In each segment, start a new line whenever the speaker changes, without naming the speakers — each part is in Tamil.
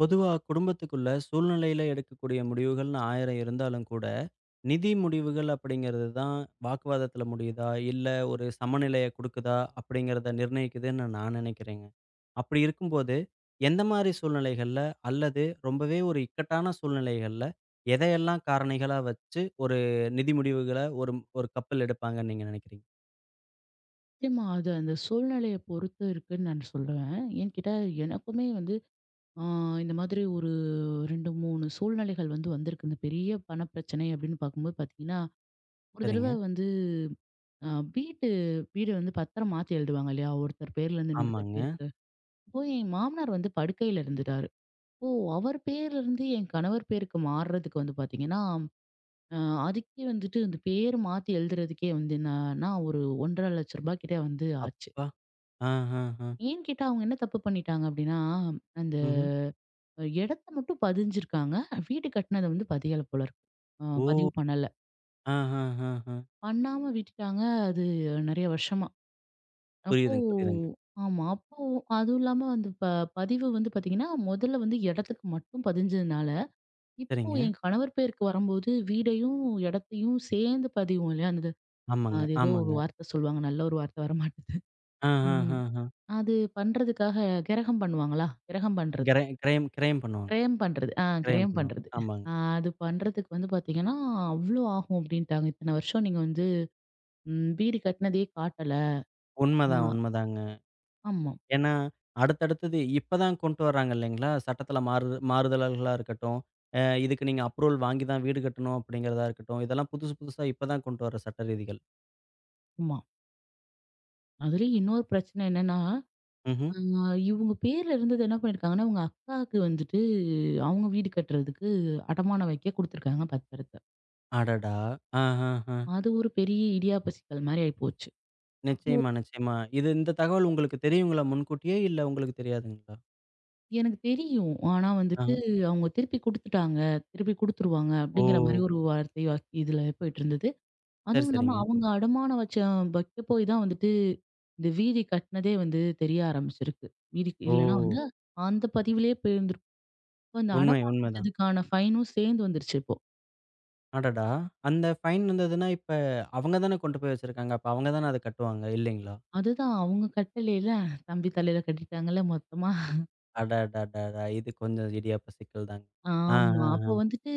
பொதுவா குடும்பத்துக்குள்ள சூழ்நிலையில எடுக்கக்கூடிய முடிவுகள்னு 1000 இருந்தாலும் கூட, நிதி முடிவுகள் அப்படிங்கிறது தான் வாக்குவாதத்துல முடியுதா? இல்ல ஒரு சமநிலைய குடுக்குதா? அப்படிங்கிறத நிர்ணயிக்குதுன்னு நான் நினைக்கிறேங்க. அப்படி இருக்கும்போது, எந்த மாரி சூழ்நிலைகள்ல அல்லது ரொம்பவே ஒரு இக்கட்டான சூழ்நிலைகள்ல, எதையெல்லாம் காரணிகளா வச்சு ஒரு நிதி முடிவுகள ஒரு ஒரு கப்பல் எடுப்பாங்கன்னு நீங்க நினைக்கிறீங்க?
நிச்சயமா அது அந்த சூழ்நிலைய பொறுத்து இருக்குன்னு நான் சொல்லுவேன். ஏன்னு கேட்டா, எனக்குமே வந்து ஆ இந்த மாதிரி ஒரு 2, 3 சூழ்நிலைகள் வந்திருக்கு. இந்த பெரிய பண பிரச்சனை அப்படின்னு பார்க்கும்போது பார்த்தீங்கன்னா, ஒரு தடவ
சரிங்க.
வந்து அ வீட்டு வீடு வந்து பத்திரம் மாத்தி எழுதுவாங்க இல்லையா? ஒருத்தர் பேர்லேருந்து இன்னொருத்தர்
ஆமாங்க.
பேருக்கு. அப்போ என் மாமனார் வந்து படுக்கையில இருந்துட்டாரு. அப்போ அவர் பேர்லேருந்து என் கணவர் பேருக்கு மாறுறதுக்கு வந்து பார்த்தீங்கன்னா, அ அதுக்கே வந்துட்டு அந்த பேர் மாத்தி எழுதுறதுக்கே வந்து என்னன்னா ஒரு 1,50,000 ரூபா கிட்ட வந்து ஆச்சு.
அப்பா! ஆ, ஆ, ஆ.
ஏன்னு கேட்டா, அவங்க என்ன தப்பு பண்ணிட்டாங்க அப்டின்னா, அந்த
ம்ஹ்ம்.
இடத்த மட்டும் பதிஞ்சிருக்காங்க. வீடு கட்டுனத வந்து பதியல போல இருக்கு.
ஓ!
பதிவு பண்ணல.
ஆ, ஆ, ஆ, ஆ.
பண்ணாம விட்டுட்டாங்க. அது நெறைய வருஷமா. அப்போ
புரியுதுங்க, புரியுதுங்க.
ஆமா. அப்போ அதுவும் இல்லாம அந்த பதிவு வந்து பார்த்தீங்கன்னா, முதல்ல வந்து இடத்துக்கு மட்டும் பதிஞ்சதுனால, இப்போ
சரிங்க.
என் கணவர் பேருக்கு வரும்போது வீடையும், இடத்தையும் சேர்ந்து பதிவோம் இல்லையா?
ஆமாங்க,
அது ஏதோ ஒரு
ஆமாங்க.
வார்த்த சொல்லுவாங்க. நல்ல ஒரு வார்த்த வரமாட்டேது.
ஆ, ஆ,
ம்.
ஆ, ஆ.
அது பண்றதுக்காக கிரகம் பண்ணுவாங்களா? கிரகம் பண்றது.
கிரைம் பண்ணுவாங்க.
கிரயம் பண்றது.
கிரைம்
கிரயம்
பண்ணுவாங்க.
பண்றது.
ஆமாங்க.
ஆ அது பண்றதுக்கு வந்து பார்த்தீங்கன்னா, அவ்ளோ ஆகும் அப்டின்ட்டாங்க. இத்தன வருஷம் நீங்க வந்து வீடு கட்டினதே காட்டல. ஆ
உண்மதான், உண்மதாங்க.
ஆமா,
ஏன்னா, அடுத்தடுத்தது இப்பதான் கொண்டு வர்றாங்க இல்லைங்களா? சட்டத்தில மாறு மாறுதல்களா இருக்கட்டும், இதுக்கு நீங்க அப்ரூவல் வாங்கி தான் வீடு கட்டணும் அப்படிங்கிறதா இருக்கட்டும், இதெல்லாம் புதுசு புதுசா இப்ப தான் கொண்டு வர சட்ட ரீதிகள்.
ஆமா. அதுலயும் இன்னொரு பிரச்சனை என்னன்னா,
ம்ஹ்ம்.
அ இவுங்க பேர்ல இருந்தது என்ன பண்ணியிருக்காங்கன்னா, உங்க அக்காவுக்கு வந்துட்டு அவங்க வீடு கட்டுறதுக்கு அடமானம் வைக்க குடுத்துருக்காங்க பத்திரத்த.
அடடா! ஆ, ஆ, ஆ.
அது ஒரு பெரிய இடியாப்ப சிக்கல் மாரி ஆயிப்போச்சு. அப்போ
நிச்சயமா, நிச்சயமா. இது இந்த தகவல் உங்களுக்கு தெரியுங்களா முன்கூட்டியே? இல்ல உங்களுக்கு தெரியாதுங்களா?
எனக்கு தெரியும். ஆனா
ஆஹ.
வந்துட்டு அவங்க திருப்பி குடுத்துட்டாங்க. திருப்பி குடுத்துருவாங்க
ஓ!
அப்டிங்கிற மாரி ஒரு வார்த்தை இதுல போயிட்டு இருந்தது.
சரி,
அதுவும் இல்லாம
சரிங்க.
அவங்க அடமானம் வைக்க போய் தான் வந்துட்டு, இந்த வீதி கட்டுனதே வந்து தெரிய ஆரம்பிச்சிருக்கு. வீதி
ஓ!
இல்லன்னா வந்து அந்த பதிவிலேயே போயிருந்திருக்கும். இப்ப அந்த
உண்மை,
அடமானம்
உண்மைதான்.
வச்சதுக்கான ஃபைனும் சேர்ந்து வந்துருச்சு இப்போ.
அடடா! அந்த ஃபைன் வந்ததுன்னா, இப்ப அவங்க தானே கொண்டு போய் வச்சிருக்காங்க. அப்ப அவங்க தானே அத கட்டுவாங்க இல்லைங்களா?
அதுதான் அவங்க கட்டலைல, தம்பி தலையில கட்டிட்டாங்கல்ல மொத்தமா.
அடடடடா! இது கொஞ்சம் இடியாப்ப சிக்கல் தாங்க. ஆ,
ஆமா.
ஆ,
அப்போ
ஆ.
வந்துட்டு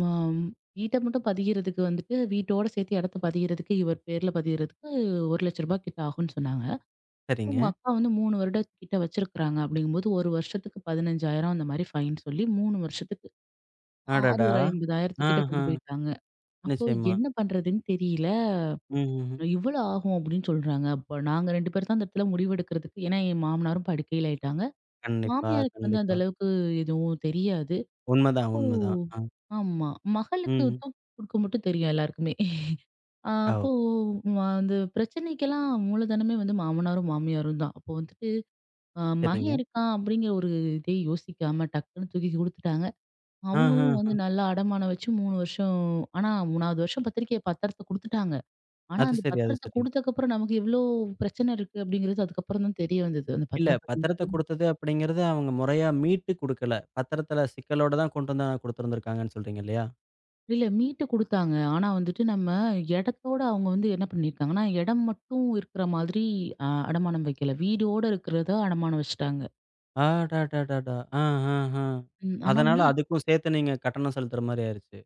மம் வீட்ட மட்டும் பதிகிறதுக்கு வந்துட்டு, வீட்டோட சேர்த்து இடத்த பதிகிறதுக்கு, இவர் பேர்ல பதிகிறதுக்கு ரூ. 1,00,000 கிட்ட ஆகும்னு சொன்னாங்க. உங்க
சரிங்க.
அக்கா வந்து 3 வருடத்துக்கிட்ட வச்சிருக்கிறாங்க. அப்படிங்கும்போது 1 வருஷத்துக்கு 15,000 அந்த மாரி ஃபைன் சொல்லி 3 வருஷத்துக்கு. ஆ. அது
அடடா!
ஒரு 50,000 கிட்ட
ஆஹ.
கொண்டு போயிட்டாங்க. அப்போ
நிச்சயமா.
என்ன பண்றதுன்னு தெரியல.
ம்ஹ்ஹ்ம்.
இவ்வளோ ஆகும் அப்படின்னு சொல்றாங்க. அப்ப நாங்க 2 பேர் தான் அந்த இடத்துல முடிவெடுக்கிறதுக்கு ஏன்னா என் மாமனாரும் படுக்கையில ஆயிட்டாங்க.
கண்டிப்பா,
மாமியாருக்கு வந்து அந்த
கண்டிப்பா.
அளவுக்கு எதுவும் தெரியாது.
உண்மதான்,
அப்போ
உண்மதான். ஆ.
ஆமா. மகளுக்கு
ம்.
தூக்கி குடுக்க மட்டும் தெரியும் எல்லாருக்குமே.
ஓ!
அப்போ வந்து பிரச்சனைக்கெல்லாம் மூலதனமே வந்து மாமனாரும், மாமியாரும் தான். அப்போ வந்துட்டு
சரிங்க.
மகன் இருக்கான் அப்படிங்கிற ஒரு இதே யோசிக்காம டக்குன்னு தூக்கி குடுத்துட்டாங்க. அவங்களும் வந்து
ஆஹஹ.
நல்லா அடமானம் வச்சு 3 வருஷம் ஆனா 3வது வருஷம் பத்திரத்த குடுத்துட்டாங்க. ஆனா
அது
அந்த
சரி, அது
பத்திரத்த
சரிங்க.
குடுத்ததுக்கப்புறம் நமக்கு எவ்ளோ பிரச்சனை இருக்கு அப்படிங்கிறது அதுக்கப்புறம் தான் தெரிய வந்தது. அந்த
இல்ல
பத்திரம் பத்தி.
பத்திரத்த குடுத்தது அப்படிங்கிறது அவங்க முறையா மீட்டு குடுக்கல. பத்திரத்தில சிக்கலோட தான் கொண்டு வந்து குடுத்துருந்துருக்காங்கன்னு சொல்றீங்க இல்லையா?
இல்ல மீட்டு குடுத்தாங்க. ஆனா வந்துட்டு நம்ம இடத்தோட அவங்க வந்து என்ன பண்ணியிருக்காங்கன்னா, இடம் மட்டும் இருக்கிற மாதிரி அடமானம் வைக்கல. வீடோட இருக்கிறத அடமானம் வச்சுட்டாங்க.
அடடடடா! ஆ, ஆ, ஆ.
ம். ஆனா
அதனால
வந்து
அதுக்கும் சேர்த்து நீங்க கட்டணம் செலுத்துற மாரி ஆயிருச்சு.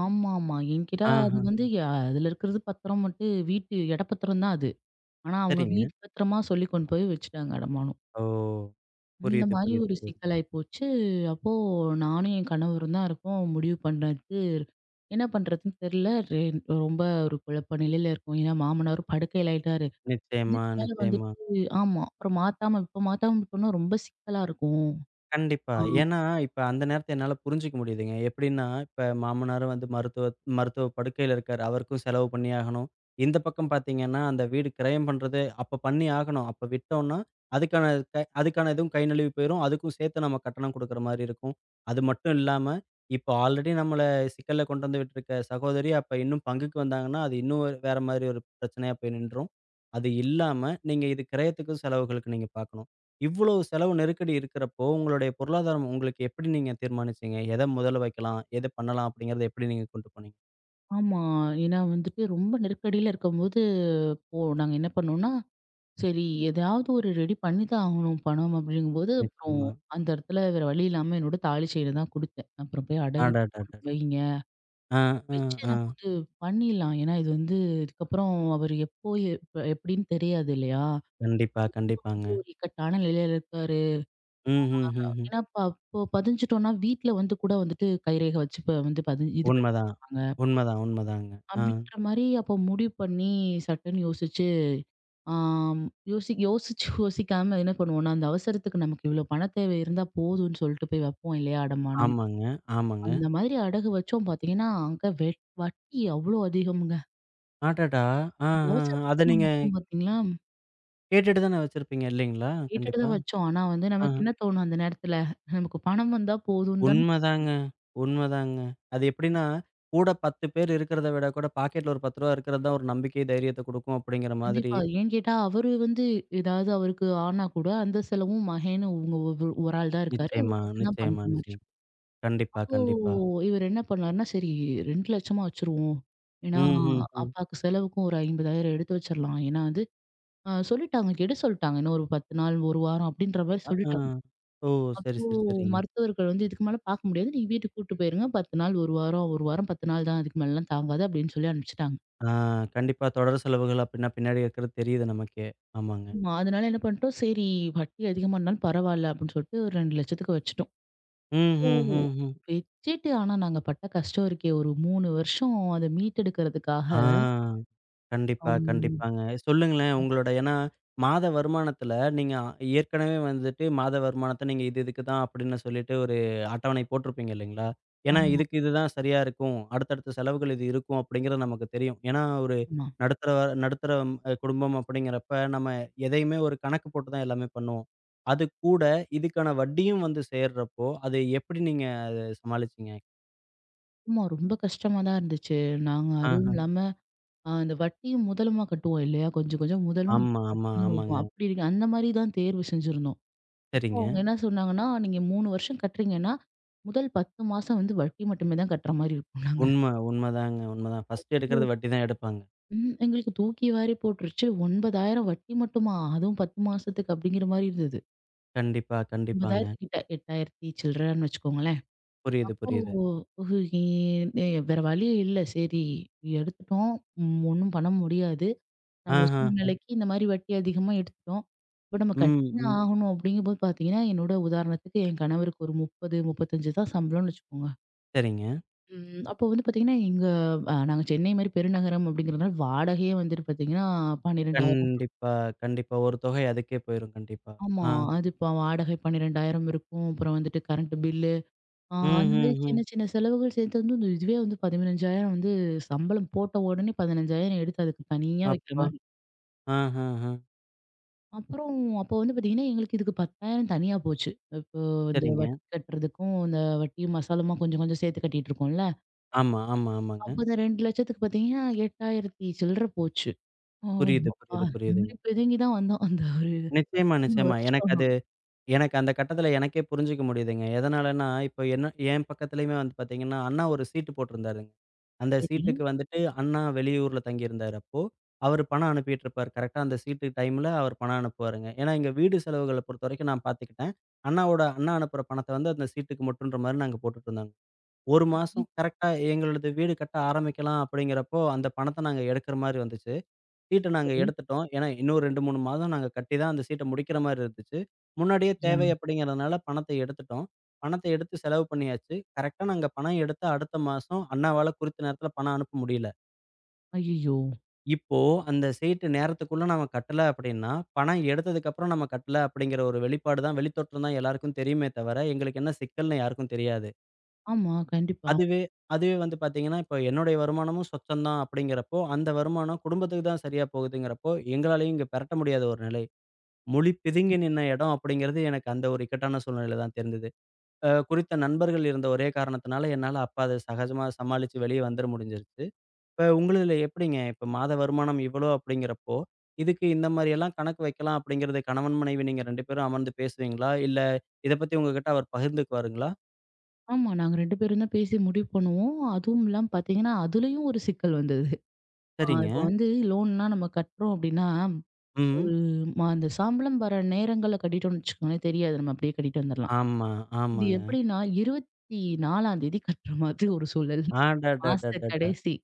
ஆமாமா. என்கிட்ட
ஆஹ.
அது வந்து அதுல இருக்கிறது பத்திரம் மட்டும் வீட்டு இடப்பத்திரம் தான் அது. ஆனா, அவங்க
சரிங்க.
வீடு பத்திரமா சொல்லி கொண்டு போய் வச்சுட்டாங்க அடமானம்.
ஓ!
இந்த
புரியுது,
மாரி
புரியுது,
ஒரு
புரியுது.
சிக்கலாயி போச்சு. அப்போ நானும் என் கணவரும் தான் இருக்கோம். முடிவு பண்றது என்ன பண்றதுன்னு தெரியல. ரெ ரொம்ப ஒரு குழப்ப நிலையில இருக்கோம். ஏன்னா மாமனாரும் படுக்கையில ஆயிட்டாரு.
நிச்சயமா,
இதுக்கு மேல
நிச்சயமா.
வந்துட்டு ஆமா. அப்புறம் மாத்தாம இப்ப மாத்தாம விட்டோம்னா ரொம்ப சிக்கலா இருக்கும்.
கண்டிப்பா.
ஆ
ஏன்னா, இப்ப அந்த நேரத்த என்னால புரிஞ்சுக்க முடியுதுங்க. எப்படின்னா, இப்ப மாமனாரும் வந்து மருத்துவ மருத்துவ படுக்கையில இருக்காரு. அவருக்கும் செலவு பண்ணி ஆகணும். இந்த பக்கம் பார்த்தீங்கன்னா, அந்த வீடு கிரயம் பண்றது அப்ப பண்ணி ஆகணும். அப்ப விட்டோம்னா, அதுக்கான அதுக்கான இதுவும் கை நழுவி போயிரும். அதுக்கும் சேர்த்து நம்ம கட்டணம் குடுக்குற மாரி இருக்கும். அது மட்டும் இல்லாம, இப்ப ஆல்ரெடி நம்மள சிக்கல்ல கொண்டு வந்து விட்டுருக்க சகோதரி, அப்ப இன்னும் பங்குக்கு வந்தாங்கன்னா, அது இன்னும் வேற மாரி ஒரு பிரச்சனையா போய் நின்றும். அது இல்லாம, நீங்க இது கிரயத்துக்கும் செலவுகளுக்கு நீங்க பார்க்கணும். இவ்வளவு செலவு நெருக்கடி இருக்கிறப்போ, உங்களுடைய பொருளாதாரம் உங்களுக்கு எப்படி நீங்க தீர்மானிச்சீங்க? எத முதல்ல வைக்கலாம்? எத பண்ணலாம்? அப்படிங்கிறத எப்படி நீங்க கொண்டு போனீங்க?
ஆமா. ஏன்னா வந்துட்டு ரொம்ப நெருக்கடியில இருக்கும்போது, அப்போ நாங்க என்ன பண்ணோம்னா சரி, எதாவது ஒரு ரெடி பண்ணி தான் ஆகணும் பணம் அப்படிங்கும்போது, அப்புறம்
நிச்சயமா.
அந்த இடத்துல வேற வழி இல்லாம என்னோட தாலி செயின தான் குடுத்தேன். அப்புறம் போய் அடகு
அடடடட!
பணம் வைங்க.
ஆ, ஆ,
வச்சு
ஆ.
நம்ம வந்து பண்ணிடலாம். ஏன்னா இது வந்து இதுக்கப்புறம் அவரு எப்போ எப்படின்னு தெரியாது இல்லையா?
கண்டிப்பா, கண்டிப்பாங்க.
வந்து ஒரு இக்கட்டான நிலையில இருக்காரு.
ம், ம், ம், ம்.
ஏன்னா அப்போ பதிஞ்சுட்டோம்னா, வீட்ல வந்து கூட வந்துட்டு கைரேகை வச்சு வந்து இது
உண்மதான்.
பண்ணிருவாங்க.
உண்மதான், உண்மதாங்க. ஆ.
அப்படின்ற மாரி அப்போ முடிவு பண்ணி சட்டன்னு யோசிச்சு ஆம். யோசிச்சு யோசிக்காம என்ன பண்ணுவோம்னா, அந்த அவசரத்துக்கு நமக்கு இவ்வளோ பண தேவை இருந்தா போதும்ன்னு சொல்லிட்டு போய் வைப்போம் இல்லையா அடமானம்.
ஆமாங்க, ஆமாங்க.
அந்த மாதிரி அடகு வச்சோம் பார்த்தீங்கன்னா, அங்க வட்டி அவ்வளோ அதிகம்ங்க.
அடடா! ஆ, ஆ, ஆ. அத
அவசரத்துக்கு நம்ம
நீங்க
வைப்போம் பார்த்தீங்களா,
கேட்டுட்டு தானே வச்சிருப்பீங்க இல்லைங்களா?
கேட்டுட்டு
கண்டிப்பா.
தான் வச்சோம். ஆனா வந்து
ஆ.
நமக்கு என்ன தோணும் அந்த நேரத்துல, நமக்கு பணம் வந்தா போதும்னு தானே
உண்மதாங்க. உண்மதாங்க. அது எப்படின்னா, கூட 10 பேர் இருக்கிறத விட கூட பாக்கெட்ல ஒரு ரூ. 10 இருக்கிறது தான் ஒரு நம்பிக்கை, தைரியத்த குடுக்கும் அப்படிங்கிற மாதிரி.
கண்டிப்பா. ஏன்னு கேட்டா அவரு வந்து ஏதாவது அவருக்கு ஆனா கூட அந்த செலவும் மகேன்னு இவங்க ஒரு ஒரு ஆள் தான் இருக்காரு. இவரு
நிச்சயமா,
மட்டும் தான் பண்ற
நிச்சயமா,
மாரி
நிச்சயமா. கண்டிப்பா,
அப்போ
கண்டிப்பா.
இவரு என்ன பண்ணாருன்னா, சரி 2,00,000 வச்சுருவோம்.
ம்,
ஏன்னா,
ம், ம்.
அப்பாக்கு செலவுக்கும் ஒரு 50,000 எடுத்து வச்சிரலாம். ஏன்னா வந்து சொல்லிட்டாங்க. கெடு சொல்லிட்டாங்க. இன்னும் ஒரு 10 நாள், 1 வாரம் அப்படின்ற மாரி
அ, ஆ.
சொல்லிட்டாங்க.
ஓ! சரி,
அப்போ
சரி, சரிங்க.
மருத்துவர்கள் வந்து இதுக்கு மேல பாக்க முடியாது. நீங்க வீட்டுக்கு கூட்டு போயிருங்க. 10 நாள், 1 வாரம், 1 வாரம் 10 நாள் தான். அதுக்கு மேலலாம் தாங்காது அப்படின்னு சொல்லி அனுப்பிச்சுட்டாங்க.
ஆ கண்டிப்பா தொடர் செலவுகள் அப்படின்னா பின்னாடி இருக்கிறது தெரியுது நமக்கே. ஆமாங்க.
ஆமா. அதனால என்ன பண்ணிட்டோம், சரி வட்டி அதிகமா இருந்தாலும் பரவால்ல அப்படின்னு சொல்லிட்டு ஒரு 2,00,000க்கு வச்சுட்டோம்.
ம்,
ஓ!
ம், ம், ம்.
வச்சுட்டு ஆனா நாங்க பட்ட கஷ்டம் இருக்கே! ஒரு 3 வருஷம் அத மீட்டெடுக்கிறதுக்காக.
ஆ. கண்டிப்பா,
அம்.
கண்டிப்பாங்க. சொல்லுங்களேன் உங்களோட ஏன்னா, மாத வருமானத்துல நீங்க ஏற்கனவே வந்துட்டு மாத வருமானத்த நீங்க இது இதுக்கு தான் அப்படின்னு சொல்லிட்டு ஒரு அட்டவணை போட்டிருப்பீங்க இல்லைங்களா? ஏன்னா,
ஆமா,
இதுக்கு இதுதான் சரியா இருக்கும். அடுத்தடுத்த செலவுகள் இது இருக்கும் அப்படிங்கிறது நமக்கு தெரியும். ஏன்னா, ஒரு
ஆமா.
நடுத்தர நடுத்தர குடும்பம் அப்படிங்கிறப்ப நம்ம எதையுமே ஒரு கணக்கு போட்டு தான் எல்லாமே பண்ணுவோம். அது கூட இதுக்கான வட்டியும் வந்து சேர்றப்போ, அது எப்படி நீங்க அத சமாளிச்சீங்க?
ஆமா. ரொம்ப கஷ்டமா தான் இருந்துச்சு. நாங்க அதுவும்
ஆஹ.
இல்லாம, அந்த வட்டியும் முதலுமா கட்டுவோம் இல்லையா? கொஞ்சம் கொஞ்சம் முதலும்
ஆமா, ஆமா,
வட்டியும்
ஆமாங்க.
இருக்கும். அப்படி இருக்கு. அந்த மாரி தான் தேர்வு செஞ்சிருந்தோம். அப்போ
சரிங்க.
அவங்க என்ன சொன்னாங்கன்னா, "நீங்க 3 வருஷம் கட்டுறீங்கன்னா, முதல் 10 மாசம் வந்து வட்டி மட்டுமே தான் கட்டுற மாரி இருக்கும்" நாங்க.
உண்ம, உண்மதாங்க. உண்மதான். ஃபர்ஸ்ட்
ஓ,
எடுக்கிறது வட்டி தான் எடுப்பாங்க.
ம். எங்களுக்கு தூக்கி வாரி போட்டுருச்சு. 9,000 வட்டி மட்டுமா? அதுவும் 10 மாசத்துக்கு அப்படிங்கிற மாரி இருந்தது.
கண்டிப்பா, கண்டிப்பாங்க.
9,000 கிட்ட 8,000 சில்றன்னு வச்சுக்கோங்களேன்.
புரியுது,
அப்போ
புரியுது.
உ- இ- வேற வழியே இல்ல. சரி எடுத்துட்டோம். ஒண்ணும் பண்ண முடியாது. நம்ம
ஆஹா.
சூழ்நிலைக்கு இந்த மாரி வட்டி அதிகமா எடுத்துட்டோம். இப்ப நம்ம
ம்,
கட்டி தான்
ம்.
ஆகணும் அப்படிங்கும்போது பார்த்தீங்கன்னா, என்னோட உதாரணத்துக்கு என் கணவருக்கு ஒரு 30, 35 தான் சம்பளம்னு வச்சுக்கோங்க.
சரிங்க.
அப்போ வந்து பார்த்தீங்கன்னா, எங்க நாங்க சென்னை மாரி பெருநகரம் அப்படிங்கிறதுனால வாடகையே வந்துட்டு பார்த்தீங்கன்னா, 12,000
கண்டிப்பா, கண்டிப்பா. ஒரு தொகை அதுக்கே போயிரும் கண்டிப்பா.
ஆமா.
ஆ.
அது இப்ப வாடகை 12,000 இருக்கும். அப்புறம் வந்துட்டு கரண்ட் பில்
ம்,
அந்த மாரி
ம்,
சின்ன
ம்.
சின்ன செலவுகள் சேர்த்து வந்து இந்த இதுவே வந்து 15,000 வந்து சம்பளம் போட்ட உடனே 15,000 எடுத்து அதுக்கு தனியா வைக்கிற
அப்பா!
மாரி.
ஆஹஹ.
அப்புறம் அப்போ வந்து பார்த்தீங்கன்னா, எங்களுக்கு இதுக்கு 10,000 தனியா போச்சு. இப்போ இந்த
சரிங்க.
வட்டி கட்டுறதுக்கும், இந்த வட்டியும் மசாலுமா கொஞ்சம் கொஞ்சம் சேர்த்து கட்டிட்டு இருக்கோம்ல.
ஆமா, ஆமா, ஆமாங்க.
அப்போ இந்த 2,00,000த்துக்கு பார்த்தீங்கன்னா, 8,000 சில்லற போச்சு. ஓ!
புரியுது,
அப்பா!
புரியுது, புரியுதுங்க.
துள்ளி பிதுங்கி தான் வந்தோம். அந்த ஒரு
நிச்சயமா,
3
நிச்சயமா.
வருஷம்.
எனக்கு அந்த கட்டத்தில எனக்கே புரிஞ்சுக்க முடியுதுங்க. எதனாலன்னா, இப்போ என்ன என் பக்கத்துலயுமே வந்து பார்த்தீங்கன்னா, அண்ணா ஒரு சீட்டு போட்டிருந்தாருங்க. அந்த
சரி.
சீட்டுக்கு வந்துட்டு அண்ணா வெளியூர்ல தங்கியிருந்தாரு அப்போ. அவரு பணம் அனுப்பிட்டுருப்பாரு. கரெக்ட்டா அந்த சீட்டு டைம்ல அவரு பணம் அனுப்புவாருங்க. ஏன்னா, எங்க வீடு செலவுகள பொறுத்தவரைக்கும் நான் பார்த்துக்கிட்டேன். அண்ணாவோட அண்ணா அனுப்புற பணத்த வந்து அந்த சீட்டுக்கு மட்டுன்ற மாரி நாங்க போட்டுட்டுருந்தோங்க. 1 மாசம் கரெக்ட்டா எங்களது வீடு கட்ட ஆரம்பிக்கலாம் அப்படிங்கிறப்போ, அந்த பணத்த நாங்க எடுக்கிற மாரி வந்துச்சு. சீட்ட நாங்க
சரி.
எடுத்துட்டோம். ஏன்னா இன்னும் 2, 3 மாதம் நாங்க கட்டி தான் அந்த சீட்ட முடிக்கிற மாரி இருந்துச்சு. முன்னாடியே
யா.
தேவை அப்படிங்கிறதுனால பணத்த எடுத்துட்டோம். பணத்த எடுத்து செலவு பண்ணியாச்சு. கரெக்ட்டா நாங்க பணம் எடுத்து அடுத்த மாசம் அண்ணாவால குறித்த நேரத்துல பணம் அனுப்ப முடியல.
ஐய்யய்யோ!
இப்போ அந்த சீட்டு நேரத்துக்குள்ள நம்ம கட்டல அப்படின்னா, பணம் எடுத்ததுக்கப்புறம் நம்ம கட்டல அப்படிங்கிற ஒரு வெளிப்பாடு தான் வெளித்தோற்றம் தான் எல்லாருக்கும் தெரியுமே தவிர, எங்களுக்கு என்ன சிக்கல்ன்னு யாருக்கும் தெரியாது.
ஆமா, கண்டிப்பா.
அதுவே அதுவே வந்து பாத்தீங்கன்னா, இப்ப என்னுடைய வருமானமும் சொச்சம் தான் அப்படிங்கிறப்போ, அந்த வருமானம் குடும்பத்துக்கு தான் சரியா போகுதுங்கிறப்போ, எங்களாலயும் இங்க பெரட்ட முடியாத ஒரு நிலை. மொழி பிதுங்கி நின்ன இடம் அப்படிங்கிறது எனக்கு அந்த ஒரு இக்கட்டான சூழ்நிலையில தான் தெரிந்தது. குறித்த நண்பர்கள் இருந்த ஒரே காரணத்தினால என்னால அப்ப அத சகஜமா சமாளிச்சு வெளிய வந்துர முடிஞ்சிருச்சு. இப்ப உங்களுதுல எப்படிங்க? இப்ப மாத வருமானம் இவ்வளோ அப்படிங்கிறப்போ, இதுக்கு இந்த மாரியெல்லாம் கணக்கு வைக்கலாம் அப்படிங்கிறது கணவன், மனைவி நீங்க 2 பேரும் அமர்ந்து பேசுவீங்களா? இல்ல இத பத்தி உங்ககிட்ட அவர் பகிர்ந்துக்குவாருங்களா?
ஆமா. நாங்க 2 பேரும் தான் பேசி முடிவு பண்ணுவோம். அதுவும் இல்லாம பார்த்தீங்கன்னா, அதுலயும் ஒரு சிக்கல் வந்தது. இப்போ
சரிங்க.
வந்து லோன்லாம் நம்ம கட்டுறோம் அப்டின்னா,
ம்.
ஒரு அந்த சம்பளம் வர நேரங்கள்ல கட்டிட்டோம்னு வச்சுக்கோங்களேன், தெரியாது. நம்ம அப்டியே கட்டிட்டு வந்துரலாம்.
ஆமா,
இது
ஆமாங்க.
எப்டின்னா 24ஆம் தேதி கட்டுற மாதிரி ஒரு சூழல். மாச
அடடடடடா!
கடைசி.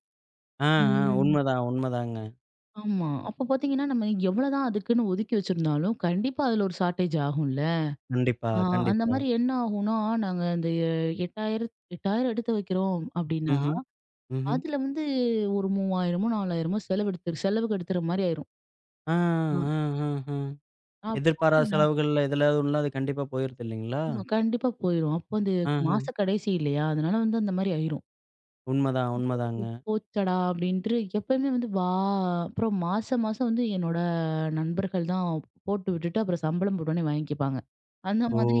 ஆ, ஆ.
ம்.
உண்மதான், உண்மதாங்க.
ஆமா. அப்போ பார்த்தீங்கன்னா, நம்ம எவ்வளோதான் அதுக்குன்னு ஒதுக்கி வச்சிருந்தாலும், கண்டிப்பா அதுல ஒரு ஷார்டேஜ் ஆகும்ல.
கண்டிப்பா,
ஆ அந்த
கண்டிப்பா.
மாரி என்ன ஆகும்னா, நாங்க அந்த 8000 8,000 எடுத்து வைக்கிறோம் அப்டின்னா
ம்ஹ்ம், ம்ஹ்ம்.
அதுல வந்து ஒரு 3000மோ, 4000மோ செலவெடுத்துரு செலவுக்கு எடுத்துற மாரி ஆயிரும்.
ஆ,
ஆ.
ஆ, ஆ, ஆ.
அப்போ
எதிர்பாராத செலவுகள்ல எதுலயாவது ஒண்ணுல அது கண்டிப்பா போயிருது இல்லைங்களா?
ஆமா கண்டிப்பா போயிரும். அப்போ அந்த
ஆஹ.
மாச கடைசி இல்லையா? அதனால வந்து அந்த மாரி ஆயிரும்.
உண்மதான்,
அப்போ
உண்மதாங்க.
போச்சடா! அப்படின்ட்டு எப்பயுமே வந்து அப்புறம் மாசம் மாசம் வந்து என்னோட நண்பர்கள் தான் போட்டு விட்டுட்டு, அப்புறம் சம்பளம் போட்டோனே வாங்கிப்பாங்க. அந்த
ஓ!
மாதிரி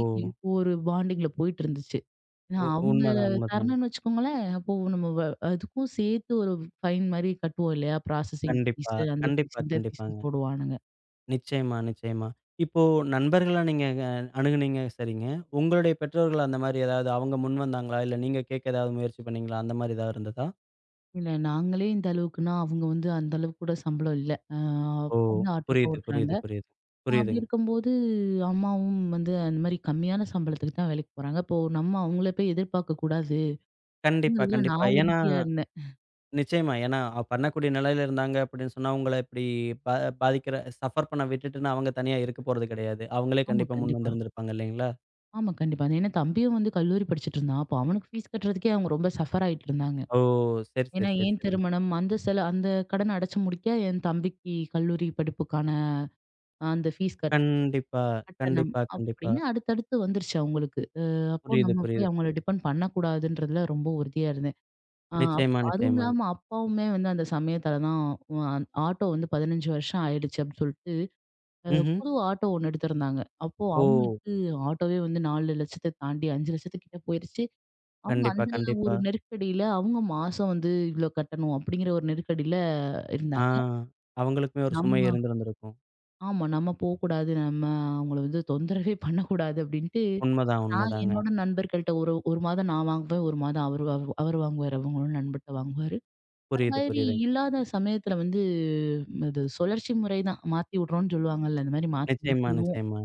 ஒரு பாண்டிங்ல போயிட்டு இருந்துச்சு. ஏன்னா அவங்க
உண்மதான், உண்மதாங்க.
தரணும்னு வச்சுக்கோங்களேன், அப்போ நம்ம அதுக்கும் சேர்த்து ஒரு ஃபைன் மாரி கட்டுவோம் இல்லையா? ப்ராசஸிங்
கண்டிப்பா,
ஃபீஸு, அந்த
கண்டிப்பா,
ஃபீஸ் இந்த
கண்டிப்பாங்க.
ஃபீஸ்ன்னு போடுவானுங்க.
நிச்சயமா, நிச்சயமா. இப்போ நண்பர்களா நீங்க அணுகுனீங்க சரிங்க. உங்களுடைய பெற்றோர்கள் அந்த மாரி ஏதாவது அவங்க முன் வந்தாங்களா? இல்ல நீங்க கேட்க ஏதாவது முயற்சி பண்ணீங்களா? அந்த மாரி ஏதாவது இருந்ததா?
இல்ல நாங்களே இந்த அளவுக்குன்னா, அவங்க வந்து அந்த அளவுக்கு கூட சம்பளம் இல்ல.
ஓ!
அப்பா வந்து ஆட்டோ தான்
புரியுது,
ஓட்டுறாங்க.
புரியுது, புரியுது.
அப்படி
புரியுதுங்க.
இருக்கும்போது அம்மாவும் வந்து அந்த மாரி கம்மியான சம்பளத்துக்கு தான் வேலைக்கு போறாங்க. இப்போ நம்ம அவங்கள போய் எதிர்பார்க்க கூடாது.
கண்டிப்பா,
அப்படிங்கிறதுல
கண்டிப்பா.
நான்
ஏன்னா
உறுதியா இருந்தேன்.
நிச்சயமா. ஏன்னா, அவ பண்ணக்கூடிய நிலையில இருந்தாங்க அப்படின்னு சொன்னா, உங்கள இப்படி பா பாதிக்கிற சஃபர் பண்ண விட்டுட்டுன்னு அவங்க தனியா இருக்க போறது கிடையாது. அவங்களே
ஆமா
கண்டிப்பா முன்
கண்டிப்பா.
வந்திருந்திருப்பாங்க இல்லைங்களா?
ஆமா கண்டிப்பா. ஏன்னா தம்பியும் வந்து கல்லூரி படிச்சுட்டு இருந்தான். அப்போ அவனுக்கு ஃபீஸ் கட்டுறதுக்கே அவங்க ரொம்ப சஃபர் ஆயிட்டு இருந்தாங்க.
ஓ! சரி,
ஏன்னா
சரி, சரி, சரிங்க.
திருமணம் அந்த அந்த கடன அடைச்சு முடிக்க என் தம்பிக்கு கல்லூரி படிப்புக்கான அந்த ஃபீஸ்
கண்டிப்பா,
கட்டணம்
கண்டிப்பா, கண்டிப்பா.
அப்படின்னு அடுத்தடுத்து வந்துருச்சு அவங்களுக்கு. அப்போ
புரியுது,
நம்ம
புரியுது,
போய் அவங்கள
புரியுது.
டிபெண்ட் பண்ணக்கூடாதுன்றதுல ரொம்ப உறுதியா இருந்தேன்.
நிச்சயமா,
அதுவும்
நிச்சயமா.
இல்லாம அப்பாவுமே வந்து அந்த சமயத்துல தான் ஆட்டோ வந்து 15 வருஷம் ஆயிடுச்சு அப்படின்னு சொல்லிட்டு,
ம்ஹ்ம்.
புது ஆட்டோ ஒண்ணு எடுத்திருந்தாங்க. அப்போ
ஓ!
அவங்களுக்கு ஆட்டோவே வந்து 4,00,000 தாண்டி 5,00,000 கிட்ட போயிருச்சு. அவங்க
கண்டிப்பா,
அந்த
கண்டிப்பா.
ஒரு நெருக்கடியில அவங்க மாசம் வந்து இவ்ளோ கட்டணும் அப்படிங்கிற ஒரு நெருக்கடியில
ஆ
இருந்தாங்க.
அவங்களுக்குமே ஒரு சுமை
நம்ம
இருந்திருந்திருக்கும்.
ஆமா நம்ம போக்கூடாது. நம்ம அவங்கள வந்து தொந்தரவே பண்ணக்கூடாது அப்படின்ட்டு
உண்மதான்,
நான்
உண்மதாங்க.
என்னோட நண்பர்கள்ட்ட ஒரு 1 மாதம் நான் வாங்குவேன். 1 மாதம் அவரு அவரு அவரு வாங்குவாரு. அவங்களோட நண்பர்ட்ட வாங்குவாரு. அந்த
புரியுது,
மாதிரி
புரியுதுங்க.
இல்லாத சமயத்துல வந்து இது சுழற்சி முறை தான். மாத்தி விடுறோம்ன்னு சொல்லுவாங்கல்ல. அந்த மாதிரி மாத்தி மாத்தி
நிச்சயமா,
விடுவோம்.
நிச்சயமா.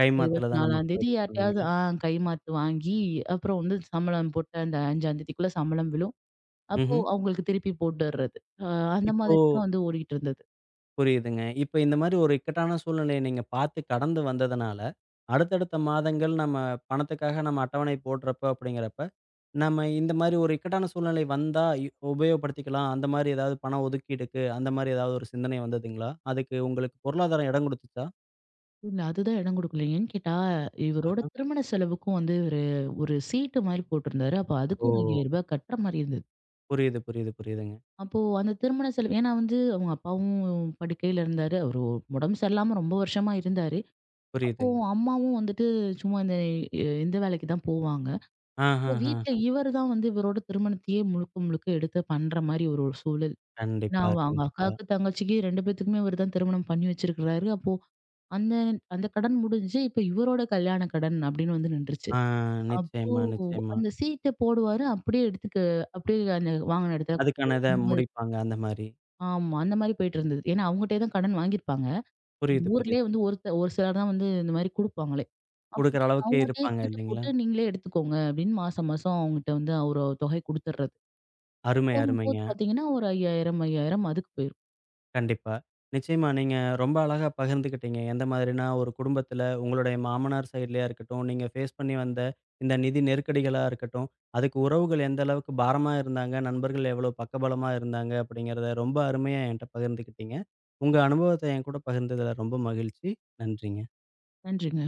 கைமாத்துல தான் நமக்கு
24ஆந்தேதி
போயிட்டுருக்கும்
யார்ட்டயாவது
இல்லைங்களா?
கை மாத்து வாங்கி, அப்புறம் வந்து சம்பளம் போட்டு அந்த 5ஆந்தேதிக்குள்ள சம்பளம் விழும். அப்போ
ம்ஹ்ம்.
அவங்களுக்கு திருப்பி போட்டுறது. அ அந்த
இப்
மாதிரி தான் வந்து ஓடிக்கிட்டு இருந்தது.
புரியுதுங்க. இப்ப இந்த மாரி ஒரு இக்கட்டான சூழ்நிலைய நீங்க பார்த்து கடந்து வந்ததுனால, அடுத்தடுத்த மாதங்கள் நம்ம பணத்துக்காக நம்ம அட்டவணை போடுறப்ப அப்படிங்கிறப்ப, நம்ம இந்த மாரி ஒரு இக்கட்டான சூழ்நிலை வந்தா உபயோகப்படுத்திக்கலாம். அந்த மாரி ஏதாவது பண ஒதுக்கீடுக்கு அந்த மாரி ஏதாவது ஒரு சிந்தனை வந்ததுங்களா? அதுக்கு உங்களுக்கு பொருளாதாரம் இடம் குடுத்துச்சா?
இல்ல அதுதான் இடம் கொடுக்கல. ஏன்னு கேட்டா, இவரோட திருமண செலவுக்கும் வந்து இவரு ஒரு சீட்டு மாரி போட்டிருந்தாரு. அப்ப அதுக்கு
ஓ!
ஒரு ரூ. 5,000 கட்டுற மாரி இருந்தது.
புரியுது, புரியுது, புரியுதுங்க.
அப்போ அந்த திருமண செலவு ஏன்னா வந்து அவங்க அப்பாவும் படுக்கையில இருந்தாரு. அவரு உடம்பு சரியில்லாம ரொம்ப வருஷமா இருந்தாரு. அப்போ
புரியுதுங்க.
அம்மாவும் வந்துட்டு சும்மா இந்த வேலைக்கு தான் போவாங்க. அப்போ வீட்ல
ஆஹஹஹ.
இவரு தான் வந்து இவரோட திருமணத்தையே முழுக்க, முழுக்க எடுத்து பண்ற மாரி ஒரு ஒரு சூழல். ஏன்னா
கண்டிப்பா,
அவங்க
கண்டிப்பா.
அக்காவுக்கு, தங்கச்சிக்கு 2 பேத்துக்குமே இவரு தான் திருமணம் பண்ணி வச்சிருக்கிறாரு. அப்போ அந்த அந்த கடன் முடிஞ்சு இப்ப இவரோட கல்யாண கடன் அப்படின்னு வந்து நின்றுச்சு.
ஆ
அப்போ
நிச்சயமா, நிச்சயமா.
அந்த சீட்ட போடுவாரு. அப்படியே எடுத்துக்க அப்படியே அந்த வாங்குன இடத்துல
அதுக்கான இத முடிப்பாங்க அந்த மாரி.
ஆமா. அந்த மாரி போயிட்டு இருந்தது. ஏன்னா அவங்கட்டயே தான் கடன் வாங்கியிருப்பாங்க.
புரியுது,
ஊர்லயே
புரியுது.
வந்து ஒரு சிலர் தான் வந்து இந்த மாரி குடுப்பாங்களே. அப்படி
குடுக்குற அளவுக்கே
அவங்கட்டயே
இருப்பாங்க
சீட்டு
இல்லைங்களா?
போட்டு நீங்களே எடுத்துக்கோங்க அப்படின்னு மாசம் மாசம் அவங்ககிட்ட வந்து ஒரு தொகை குடுத்துர்றது.
அருமை,
போகும்போது
அருமைங்க.
பார்த்தீங்கன்னா, ஒரு 5,000, 5,000 அதுக்கு போயிரும்.
கண்டிப்பா. நிச்சயமா நீங்க ரொம்ப அழகா பகிர்ந்துக்கிட்டீங்க. எந்த மாதிரினா ஒரு குடும்பத்தில உங்களுடைய மாமனார் சைட்லயா இருக்கட்டும், நீங்க ஃபேஸ் பண்ணி வந்த இந்த நிதி நெருக்கடிகளா இருக்கட்டும், அதுக்கு உறவுகள் எந்த அளவுக்கு பாரமா இருந்தாங்க, நண்பர்கள் எவ்வளோ பக்கபலமா இருந்தாங்க அப்படிங்கிறத ரொம்ப அருமையா என்ட்ட பகிர்ந்துக்கிட்டீங்க. உங்க அனுபவத்த என்கூட பகிர்ந்ததுல ரொம்ப மகிழ்ச்சி. நன்றிங்க.
நன்றிங்க.